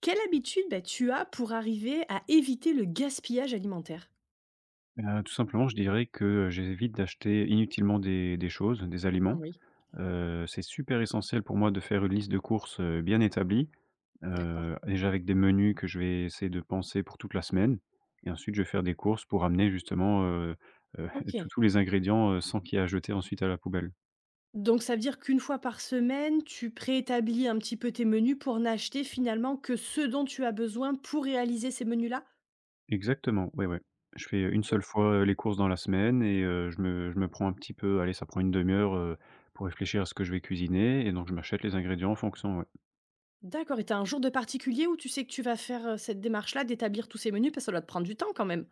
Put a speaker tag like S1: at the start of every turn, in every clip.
S1: Quelle habitude, bah, tu as pour arriver à éviter le gaspillage alimentaire?
S2: Tout simplement, je dirais que j'évite d'acheter inutilement des choses, des aliments.
S1: Oui,
S2: C'est super essentiel pour moi de faire une liste de courses, bien établie.
S1: d'accord.
S2: Déjà avec des menus que je vais essayer de penser pour toute la semaine, et ensuite je vais faire des courses pour amener justement, heu, tous
S1: OK.
S2: tous les ingrédients, sans qu'il y ait à jeter ensuite à la poubelle.
S1: Donc ça veut dire qu'une fois par semaine, tu préétablis un petit peu tes menus pour n'acheter finalement que ce dont tu as besoin pour réaliser ces menus-là?
S2: Exactement, ouais, ouais. Je fais une
S1: Et
S2: seule fois, les courses dans la semaine, et je me prends un petit peu, allez, ça prend une demi heure, pour réfléchir à ce que je vais cuisiner, et donc je m'achète les ingrédients en fonction, ouais.
S1: d'accord, et tu as un jour de particulier où tu sais que tu vas faire, cette démarche-là d'établir tous ces menus? Parce que ça doit te prendre du temps quand même?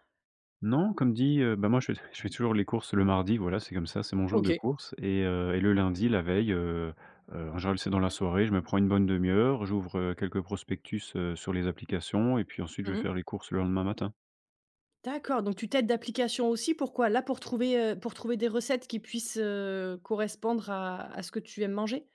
S2: Non, comme dit, bah, moi, je fais je fais toujours les courses le mardi, voilà, c'est comme ça, c'est mon jour de
S1: OK.
S2: courses. Et le lundi, la veille, en général, c'est dans la soirée, je me prends une bonne demi heure, j'ouvre, quelques prospectus, sur les applications, et puis ensuite je vais
S1: Mmh.
S2: faire les courses le lendemain matin.
S1: D'accord, donc tu t'aides d'applications aussi, pourquoi? Là pour trouver, des recettes qui puissent, correspondre à ce que tu aimes manger?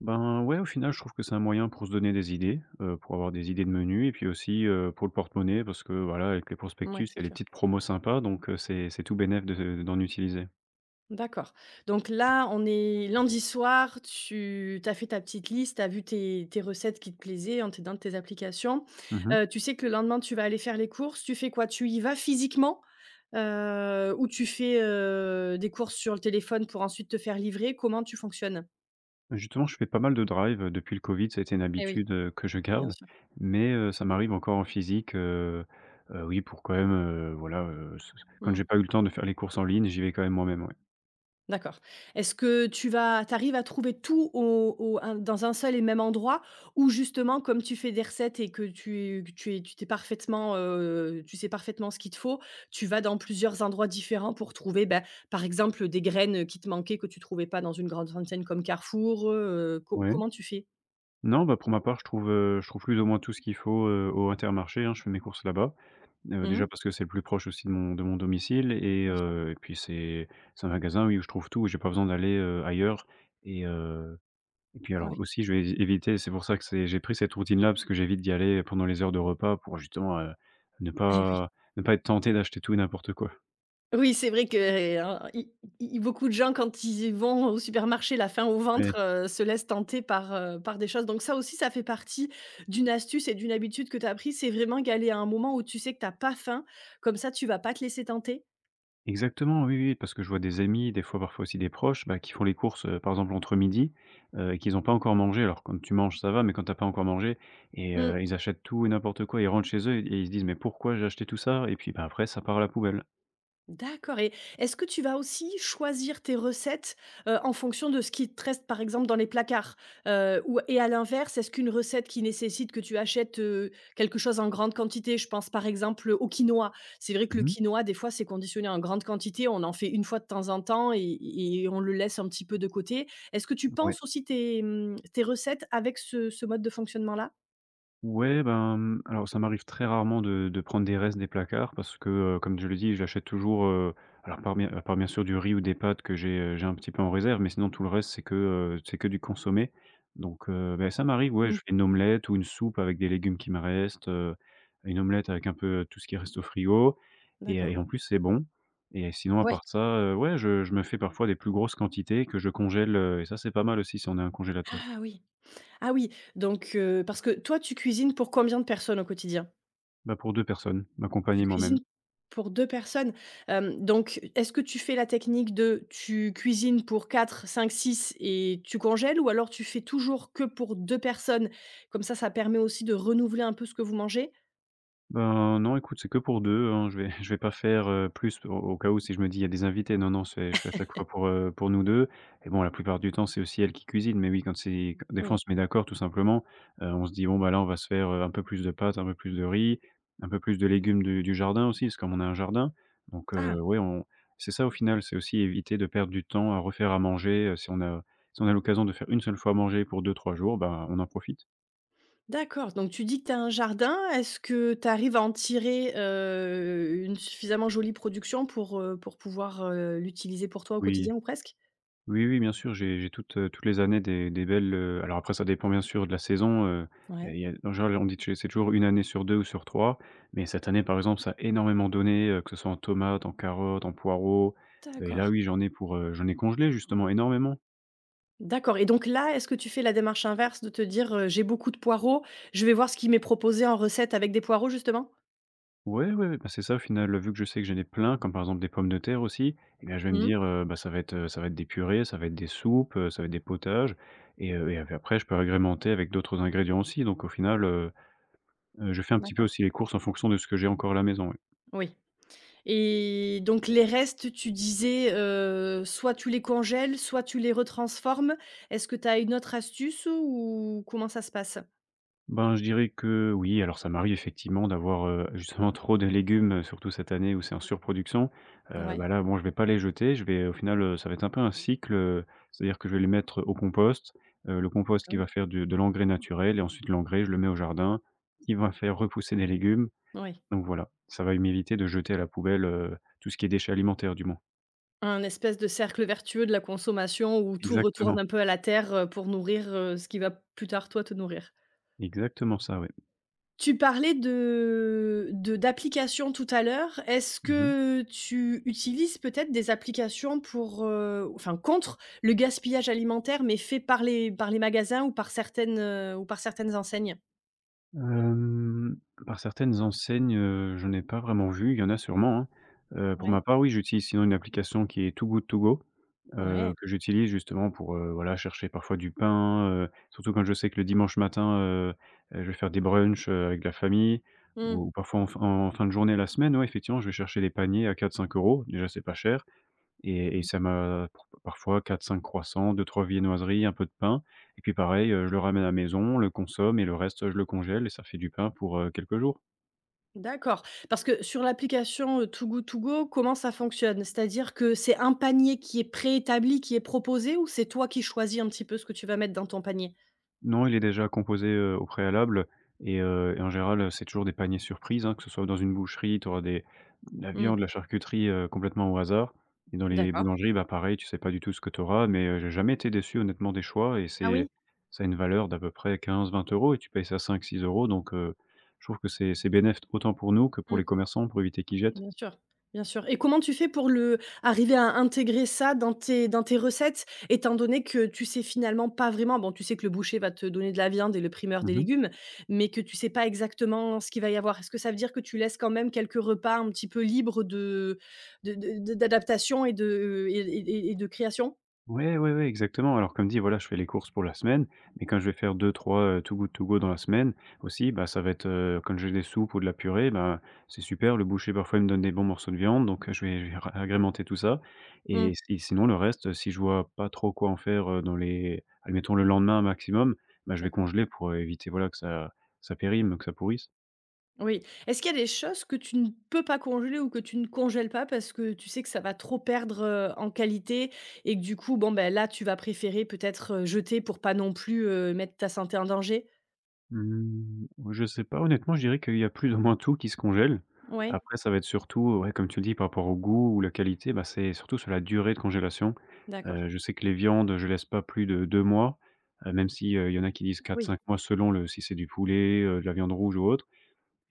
S2: Ben, ouais, au final, je trouve que c'est un moyen pour se donner des idées, pour avoir des idées de menus, et puis aussi, pour le porte-monnaie, parce que, voilà, avec les
S1: Mouais,
S2: prospectus, il y
S1: c'est
S2: a les
S1: sûr.
S2: petites promos sympas, donc c'est tout bénéf de d'en utiliser.
S1: D'accord. Donc là, on est lundi soir, tu as fait ta petite liste, tu as vu tes recettes qui te plaisaient en t'aidant de tes applications.
S2: Mmh.
S1: Tu sais que le lendemain, tu vas aller faire les courses. Tu fais quoi? Tu y vas physiquement, ou tu fais, des courses sur le téléphone pour ensuite te faire livrer? Comment tu fonctionnes?
S2: Justement, je fais pas mal de drive, depuis le Covid, ça a été une
S1: Eh oui.
S2: habitude, que je
S1: Bien
S2: garde,
S1: sûr.
S2: mais ça m'arrive encore en physique, oui, pour quand même, voilà, ce quand
S1: Mmh.
S2: j'ai pas eu le temps de faire les courses en ligne, j'y vais quand même moi-même, ouais.
S1: D'accord. Est-ce que tu arrives à trouver tout au au un dans un seul et même endroit? Ou justement, comme tu fais des recettes et que tu es tu t'es parfaitement, tu sais parfaitement ce qu'il te faut, tu vas dans plusieurs endroits différents pour trouver, bah, par exemple, des graines, qui te manquaient, que tu trouvais pas dans une grande enseigne comme Carrefour? Co
S2: Ouais.
S1: comment tu fais?
S2: Non, bah, pour ma part, je trouve plus ou moins tout ce qu'il faut, au Intermarché, hein. Je fais mes courses là-bas, déjà
S1: Mmh.
S2: parce que c'est le plus proche aussi de mon domicile,
S1: Bien sûr.
S2: et puis c'est un magasin, oui, où je trouve tout, j'ai pas besoin d'aller, ailleurs. et heu Et puis
S1: Ouais.
S2: alors aussi, je vais éviter c'est pour ça que c'est j'ai pris cette routine-là, parce que j'évite d'y aller pendant les heures de repas, pour justement, ne
S1: Eh oui.
S2: pas ne pas être tenté d'acheter tout et n'importe quoi.
S1: Oui, c'est vrai que, en i i beaucoup de gens quand ils vont au supermarché la faim au
S2: Ouais,
S1: ventre, se laissent tenter par, par des choses. Donc ça aussi, ça fait partie d'une astuce et d'une habitude que tu as pris, c'est vraiment y aller à un moment où tu sais que tu as pas faim, comme ça tu vas pas te laisser tenter?
S2: exactement, oui, oui, parce que je vois des amis, des fois parfois aussi des proches, bah, qui font les courses, par exemple entre midi, et qu'ils n'ont pas encore mangé. Alors quand tu manges, ça va, mais quand t'as pas encore mangé,
S1: Mmh.
S2: ils achètent tout et n'importe quoi, ils rentrent chez eux, et ils se disent: «Mais pourquoi j'ai acheté tout ça?» Et puis, bah, après ça part à la poubelle.
S1: D'accord, et est-ce que tu vas aussi choisir tes recettes, en fonction de ce qui te reste, par exemple, dans les placards? Ou et à l'inverse, est-ce qu'une recette qui nécessite que tu achètes, quelque chose en grande quantité, je pense, par exemple, au quinoa. C'est vrai que le
S2: Mmh.
S1: quinoa, des fois, c'est conditionné en grande quantité, on en fait une fois de temps en temps et on le laisse un petit peu de côté. Est-ce que tu
S2: Ouais.
S1: penses aussi tes recettes avec ce mode de fonctionnement-là?
S2: Ouais, ben, alors ça m'arrive très rarement de prendre des restes des placards parce que, comme je le dis, j'achète toujours, alors par, part bien à part bien sûr, du riz ou des pâtes que j'ai un petit peu en réserve, mais sinon tout le reste, c'est que du consommé. Donc, beh, ça m'arrive, ouais, je
S1: Mmh,
S2: fais une omelette ou une soupe avec des légumes qui me restent, une omelette avec un peu tout ce qui reste au frigo. et
S1: d'accord.
S2: et en plus c'est bon. Et sinon, à
S1: Oui.
S2: part ça, ouais, je me fais parfois des plus grosses quantités que je congèle, et ça c'est pas mal aussi si on a un congélateur.
S1: Ah oui. Ah oui, donc parce que toi, tu cuisines pour combien de personnes au quotidien?
S2: Bah, pour 2 personnes, ma compagne
S1: Tu
S2: et moi-même.
S1: cuisines pour 2 personnes? Donc est-ce que tu fais la technique de tu cuisines pour quatre, cinq, six et tu congèles, ou alors tu fais toujours que pour 2 personnes? Comme ça permet aussi de renouveler un peu ce que vous mangez?
S2: Ben, non, écoute, c'est que pour deux, hein. Je vais Je vais pas faire, plus au cas où si je me dis: «Il y a des invités». Non, non, c'est je fais à chaque fois pour nous 2. Et bon, la plupart du temps, c'est aussi elle qui cuisine, mais oui, quand c'est q des fois, on
S1: Oui.
S2: se met d'accord tout simplement. On se dit: «Bon, bah, là, on va se faire, un peu plus de pâtes, un peu plus de riz, un peu plus de légumes du jardin aussi», parce que comme on a un jardin, donc
S1: Ah,
S2: ouais, on c'est ça au final, c'est aussi éviter de perdre du temps à refaire à manger, si on a l'occasion de faire une seule fois à manger pour deux trois jours, ben, on en profite.
S1: d'accord, donc tu dis que tu as un jardin. Est-ce que tu arrives à en tirer, une suffisamment jolie production pour, pour pouvoir, l'utiliser pour toi au
S2: Oui.
S1: quotidien ou presque?
S2: Oui, oui, bien sûr, j'ai toutes les années des belles, alors après ça dépend bien sûr de la saison. Il y a
S1: Ouais.
S2: il y a en général on dit que c'est toujours une année sur 2 ou sur 3. Mais cette année par exemple ça a énormément donné, que ce soit en tomates, en carottes, en poireaux. Et là
S1: D'accord.
S2: oui, j'en ai congelé justement énormément.
S1: D'accord, et donc là, est-ce que tu fais la démarche inverse de te dire: «J'ai beaucoup de poireaux, je vais voir ce qui m'est proposé en recette avec des poireaux», justement?
S2: Ouais, ouais, ouais, bah, c'est ça au final, vu que je sais que j'en ai plein, comme par exemple des pommes de terre aussi. Et bien, je vais me
S1: Mmh.
S2: dire, bah, ça va être des purées, ça va être des soupes, ça va être des potages, et après je peux agrémenter avec d'autres ingrédients aussi. Donc au final, je fais un petit peu
S1: D'accord,
S2: aussi les courses en fonction de ce que j'ai encore à la maison, ouais.
S1: oui, et donc les restes, tu disais, soit tu les congèles, soit tu les retransformes. Est-ce que tu as une autre astuce, ou comment ça se passe?
S2: Ben, je dirais que oui. Alors ça m'arrive effectivement d'avoir, justement, trop de légumes, surtout cette année où c'est en surproduction. Bah,
S1: Ouais.
S2: là, bon, je vais pas les jeter. Je vais Au final, ça va être un peu un cycle, c'est-à-dire que je vais les mettre au compost, le compost
S1: Ah
S2: qui
S1: oui?
S2: va faire du de l'engrais naturel, et ensuite l'engrais, je le mets au jardin, qui va faire repousser des légumes.
S1: Oui,
S2: Donc voilà, ça va m'éviter de jeter à la poubelle, tout ce qui est déchets alimentaires, du moins.
S1: un espèce de cercle vertueux de la consommation où tout retourne
S2: Exactement,
S1: un peu à la terre, pour nourrir, ce qui va plus tard, toi, te nourrir.
S2: exactement ça, ouais.
S1: Tu parlais de d'applications tout à l'heure. Est-ce
S2: Mmh mh.
S1: que tu utilises peut-être des applications pour, enfin contre le gaspillage alimentaire, mais fait par les magasins ou par certaines enseignes?
S2: Hem, Par certaines enseignes, j'en ai pas vraiment vu. Il y en a sûrement, hein. Pour
S1: Ouais.
S2: ma part, oui, j'utilise sinon une application qui est Too Good To Go,
S1: Ouais.
S2: que j'utilise justement pour, voilà, chercher parfois du pain, surtout quand je sais que le dimanche matin, je vais faire des brunchs, avec la famille, ou
S1: Mmh.
S2: ou parfois en fin de journée la semaine, ouais, effectivement, je vais chercher des paniers à quatre cinq euros. Déjà, c'est pas cher,
S1: Mmh.
S2: parfois quatre cinq croissants, deux trois viennoiseries, un peu de pain. Et puis pareil, je le ramène à la maison, on le consomme, et le reste, je le congèle, et ça fait du pain pour, quelques jours.
S1: D'accord. Parce que sur l'application, Too Good To Go, comment ça fonctionne? C'est-à-dire que c'est un panier qui est préétabli, qui est proposé, ou c'est toi qui choisis un petit peu ce que tu vas mettre dans ton panier?
S2: Non, il est déjà composé, au préalable. Et en général, c'est toujours des paniers surprises, hein. Que ce soit dans une boucherie, tu auras des de la viande, de
S1: Mmh.
S2: la charcuterie, complètement au hasard. Et dans les
S1: D'accord.
S2: boulangeries, bah, pareil, tu sais pas du tout ce que tu auras, mais j'ai jamais été déçu honnêtement des choix. et
S1: Ah
S2: c'est
S1: oui?
S2: ça a une valeur d'à peu près 15 20 €, et tu payes ça 5 6 €, donc je trouve que c'est bénéf, autant pour nous que pour
S1: Mmh.
S2: les commerçants, pour éviter qu'ils jettent.
S1: Bien sûr, bien sûr, et comment tu fais pour le arriver à intégrer ça dans tes recettes? Étant donné que tu sais finalement pas vraiment bon, tu sais que le boucher va te donner de la viande et le primeur des
S2: Mmh.
S1: légumes, mais que tu sais pas exactement ce qu'il va y avoir. Est-ce que ça veut dire que tu laisses quand même quelques repas un petit peu libres de d'adaptation et de création?
S2: Ouais, ouais, ouais, exactement. Alors comme dit, voilà, je fais les courses pour la semaine, mais quand je vais faire deux, trois, Too Good To Go dans la semaine aussi, bah, ça va être, quand j'ai des soupes ou de la purée, bah, c'est super. Le boucher parfois il me donne des bons morceaux de viande, donc je vais ra agrémenter tout ça. et
S1: Mmh,
S2: et sinon le reste, si je vois pas trop quoi en faire, dans les, admettons, le lendemain maximum, bah, je vais
S1: d'accord.
S2: congeler pour éviter, voilà, que ça périme, que ça pourrisse.
S1: Oui. Est-ce qu'il y a des choses que tu ne peux pas congeler ou que tu ne congèles pas parce que tu sais que ça va trop perdre, en qualité, et que du coup, bon, ben, là, tu vas préférer peut-être, jeter pour pas non plus, mettre ta santé en danger?
S2: Mmh, je sais pas, honnêtement, je dirais qu'il y a plus ou moins tout qui se congèle.
S1: Ouais,
S2: Après, ça va être surtout, ouais, comme tu le dis, par rapport au goût ou la qualité, bah, c'est surtout sur la durée de congélation.
S1: d'accord.
S2: Je sais que les viandes, je laisse pas plus de 2 mois, même si, il y en a qui disent
S1: Ah
S2: quatre,
S1: oui,
S2: cinq mois selon le si c'est du poulet, de la viande rouge ou autre.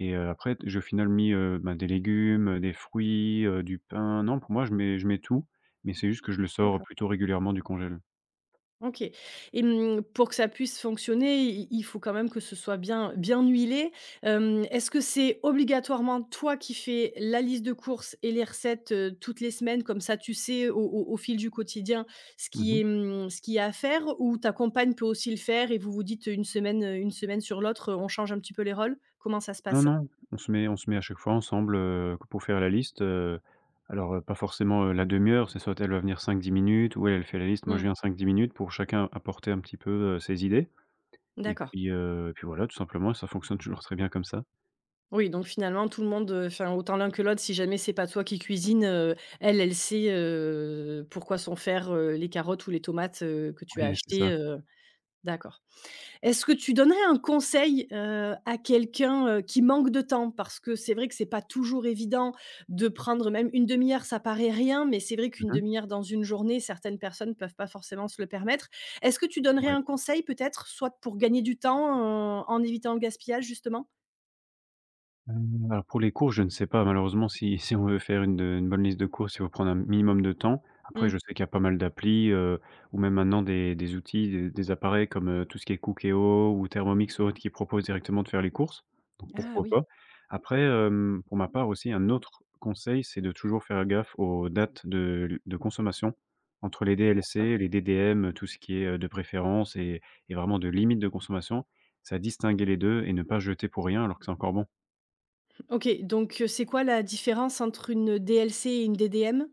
S2: Après, ben, des légumes, des fruits, du pain. Non, pour moi, je mets tout, mais c'est juste que je le sors
S1: d'accord.
S2: plutôt régulièrement du congèle.
S1: OK, et mmh, pour que ça puisse fonctionner, i il faut quand même que ce soit bien bien huilé. Est-ce que c'est obligatoirement toi qui fais la liste de courses et les recettes, toutes les semaines? Comme ça, tu sais au fil du quotidien ce
S2: Mmh
S1: qui est, mmh, ce qu'il y a à faire, ou ta compagne peut aussi le faire et vous vous dites, une semaine sur l'autre, on change un petit peu les rôles? Comment ça se
S2: Non,
S1: passe?
S2: non, on se met à chaque fois ensemble, pour faire la liste, alors, pas forcément, la demi heure, c'est soit elle va venir cinq dix minutes ou elle, elle fait la liste, moi je
S1: Mmh,
S2: viens cinq dix minutes pour chacun apporter un petit peu, ses idées et
S1: d'accord.
S2: puis, voilà, tout simplement ça fonctionne toujours très bien comme ça.
S1: Oui, donc finalement tout le monde, enfin autant l'un que l'autre, si jamais c'est pas toi qui cuisines, elle, elle sait, pourquoi sont faire, les carottes ou les tomates, que tu as
S2: Oui, c'est
S1: achetées,
S2: ça.
S1: heu D'accord. Est-ce que tu donnerais un conseil, à quelqu'un, qui manque de temps? Parce que c'est vrai que c'est pas toujours évident de prendre même une demi heure, ça paraît rien, mais c'est vrai qu'une
S2: Mmh.
S1: demi heure dans une journée, certaines personnes peuvent pas forcément se le permettre. Est-ce que tu donnerais
S2: Ouais.
S1: un conseil peut-être, soit pour gagner du temps, en évitant le gaspillage justement?
S2: Alors pour les courses, je ne sais pas malheureusement si si on veut faire une bonne liste de courses, il faut prendre un minimum de temps. Après
S1: Mmh.
S2: je sais qu'il y a pas mal d'applis, ou même maintenant des outils, des appareils comme, tout ce qui est Cookéo ou Thermomix ou autre qui proposent directement de faire les courses, donc
S1: Ah
S2: pourquoi
S1: oui,
S2: pas. Après, pour ma part aussi un autre conseil, c'est de toujours faire gaffe aux dates de l de consommation entre les DLC, les DDM, tout ce qui est, de préférence et vraiment de limite de consommation. C'est à distinguer les 2 et ne pas jeter pour rien alors que c'est encore bon.
S1: OK, donc c'est quoi la différence entre une DLC et une DDM?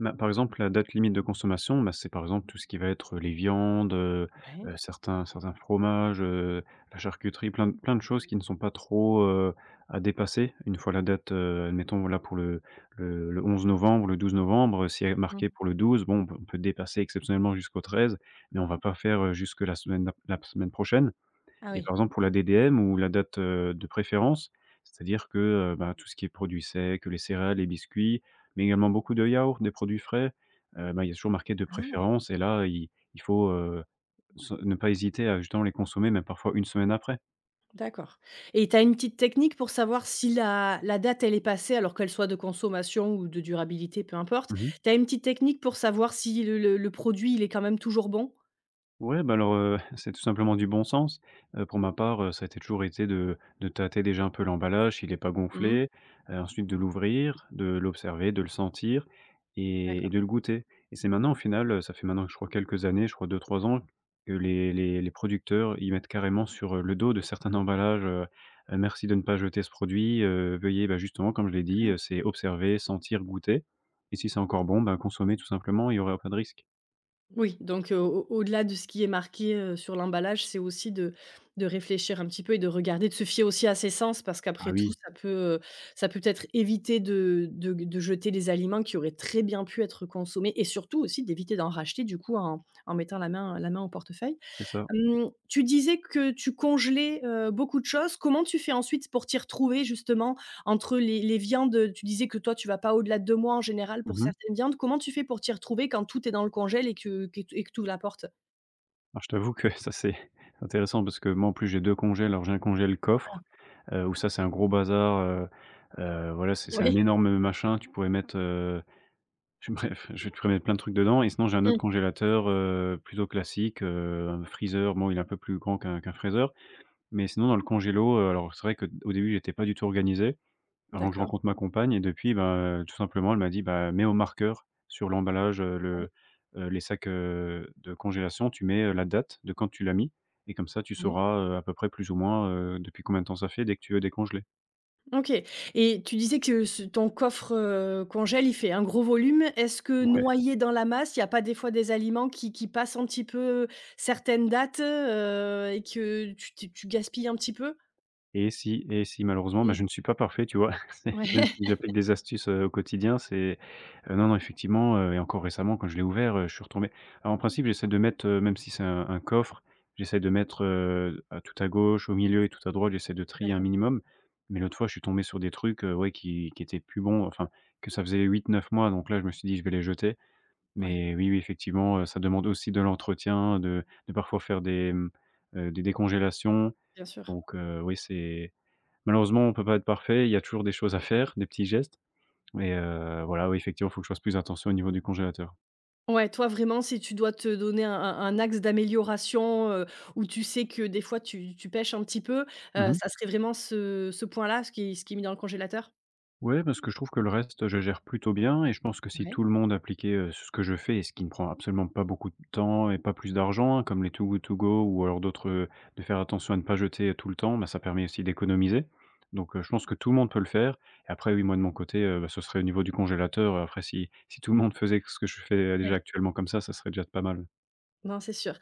S2: Bah, par exemple, la date limite de consommation, bah, c'est par exemple tout ce qui va être les viandes,
S1: Ouais.
S2: certains fromages, la charcuterie, plein de choses qui ne sont pas trop, à dépasser. Une fois la date, admettons là pour le 11 novembre, le 12 novembre, si elle est
S1: Mmh.
S2: marquée pour le 12, bon, on peut dépasser exceptionnellement jusqu'au 13, mais on va pas faire, jusque la semaine prochaine.
S1: Ah
S2: Et
S1: oui.
S2: par exemple pour la DDM ou la date, de préférence, c'est-à-dire que, ben, tout ce qui est produits secs, les céréales, les biscuits, mais également beaucoup de yaourts, des produits frais, ben, il y a toujours marqué de
S1: Ah!
S2: préférence et là, il faut, se ne pas hésiter à justement les consommer même parfois une semaine après.
S1: D'accord, et tu as une petite technique pour savoir si la date, elle est passée, alors qu'elle soit de consommation ou de durabilité, peu importe.
S2: Mmh.
S1: Tu as une petite technique pour savoir si le produit, il est quand même toujours bon?
S2: Ouais, bah, alors, c'est tout simplement du bon sens. Pour ma part, ça a été toujours été de tâter déjà un peu l'emballage, s'il est pas
S1: Mmh.
S2: gonflé, ensuite de l'ouvrir, de l'observer, de le sentir et
S1: D'accord.
S2: de le goûter et c'est maintenant au final, ça fait maintenant je crois quelques années, je crois deux trois ans que les producteurs, y mettent carrément sur, le dos de certains emballages, «Merci de ne pas jeter ce produit, veuillez», bah, justement comme je l'ai dit, c'est observer, sentir, goûter et si c'est encore bon, bah, consommer tout simplement, il y aura pas de risque.
S1: Oui, donc au au-delà de ce qui est marqué, sur l'emballage, c'est aussi de réfléchir un petit peu et de regarder, de se fier aussi à ses sens, parce
S2: Ah
S1: qu'après tout
S2: oui,
S1: ça peut, ça peut peut-être éviter de jeter des aliments qui auraient très bien pu être consommés, et surtout aussi d'éviter d'en racheter du coup en mettant la main au portefeuille.
S2: c'est ça.
S1: Tu disais que tu congelais, beaucoup de choses. Comment tu fais ensuite pour t'y retrouver justement entre les viandes, tu disais que toi tu vas pas au-delà de 2 mois en général pour
S2: Mmh.
S1: certaines viandes. Comment tu fais pour t'y retrouver quand tout est dans le congèle et que tu ouvres la porte?
S2: Alors je t'avoue que ça c'est intéressant parce que moi en plus j'ai 2 congés, alors j'ai un congé le coffre, où ça c'est un gros bazar, voilà c'est un
S1: Oui.
S2: énorme machin, tu pourrais mettre, je bref, je pourrais mettre plein de trucs dedans et sinon j'ai un autre
S1: Mmh.
S2: congélateur, plutôt classique, un freezer, bon il est un peu plus grand qu'un freezer, mais sinon dans le congélo, alors c'est vrai que au début j'étais pas du tout organisé avant que je
S1: D'accord.
S2: rencontre ma compagne et depuis, bah, tout simplement, elle m'a dit: «Bah, mets au marqueur sur l'emballage,
S1: Ah oui.
S2: les sacs, de congélation, tu mets, la date de quand tu l'as mis et comme ça tu
S1: Mmh.
S2: sauras, à peu près plus ou moins, depuis combien de temps ça fait dès que tu veux décongeler».
S1: OK, et tu disais que ce ton coffre, congèle, il fait un gros volume. Est-ce que
S2: Ouais.
S1: noyé dans la masse, il n'y a pas des fois des aliments qui passent un petit peu certaines dates, et que tu gaspilles un petit peu?
S2: Et si malheureusement, bah,
S1: Mmh.
S2: je ne suis pas parfait, tu vois? C'est même
S1: Ouais.
S2: si j'applique des astuces, au quotidien, c'est non, non, effectivement, et encore récemment quand je l'ai ouvert, je suis retombé, alors en principe, j'essaie de mettre, même si c'est un coffre, j'essaie de mettre, à tout à gauche, au milieu et tout à droite, j'essaie de trier un
S1: D'accord,
S2: minimum. Mais l'autre fois, je suis tombé sur des trucs, ouais, qui étaient plus bons, enfin, que ça faisait huit, neuf mois, donc là, je me suis dit: «Je vais les jeter».
S1: ouais.
S2: Mais oui, oui, effectivement, ça demande aussi de l'entretien, de parfois faire des, des décongélations,
S1: Bien sûr.
S2: donc oui, c'est malheureusement, on peut pas être parfait, il y a toujours des choses à faire, des petits gestes, mais voilà, oui, effectivement, faut que je fasse plus attention au niveau du congélateur.
S1: Ouais, toi vraiment, si tu dois te donner un axe d'amélioration, où tu sais que des fois tu pèches un petit peu,
S2: Mmh
S1: ça
S2: mh.
S1: serait vraiment ce point-là, ce qui est mis dans le congélateur?
S2: Ouais, parce que je trouve que le reste, je gère plutôt bien et je pense que si
S1: Ouais.
S2: tout le monde appliquait, ce que je fais et ce qui ne prend absolument pas beaucoup de temps et pas plus d'argent, hein, comme les Too Good To Go ou alors d'autres, de faire attention à ne pas jeter, tout le temps, bah, ça permet aussi d'économiser. Donc je pense que tout le monde peut le faire et après oui, moi de mon côté, bah, ce serait au niveau du congélateur, après si tout le monde faisait que ce que je fais,
S1: Oui,
S2: déjà actuellement comme ça serait déjà pas mal.
S1: non, c'est sûr.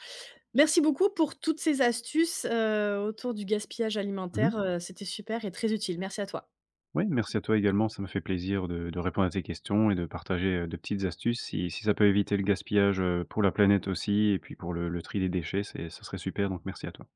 S1: Merci beaucoup pour toutes ces astuces, autour du gaspillage
S2: Mmh mh.
S1: alimentaire, c'était super et très utile. Merci à toi.
S2: Oui, merci à toi également, ça m'a fait plaisir de répondre à tes questions et de partager, de petites astuces. Si ça peut éviter le gaspillage, pour la planète aussi et puis pour le tri des déchets, c'est ça serait super, donc merci à toi.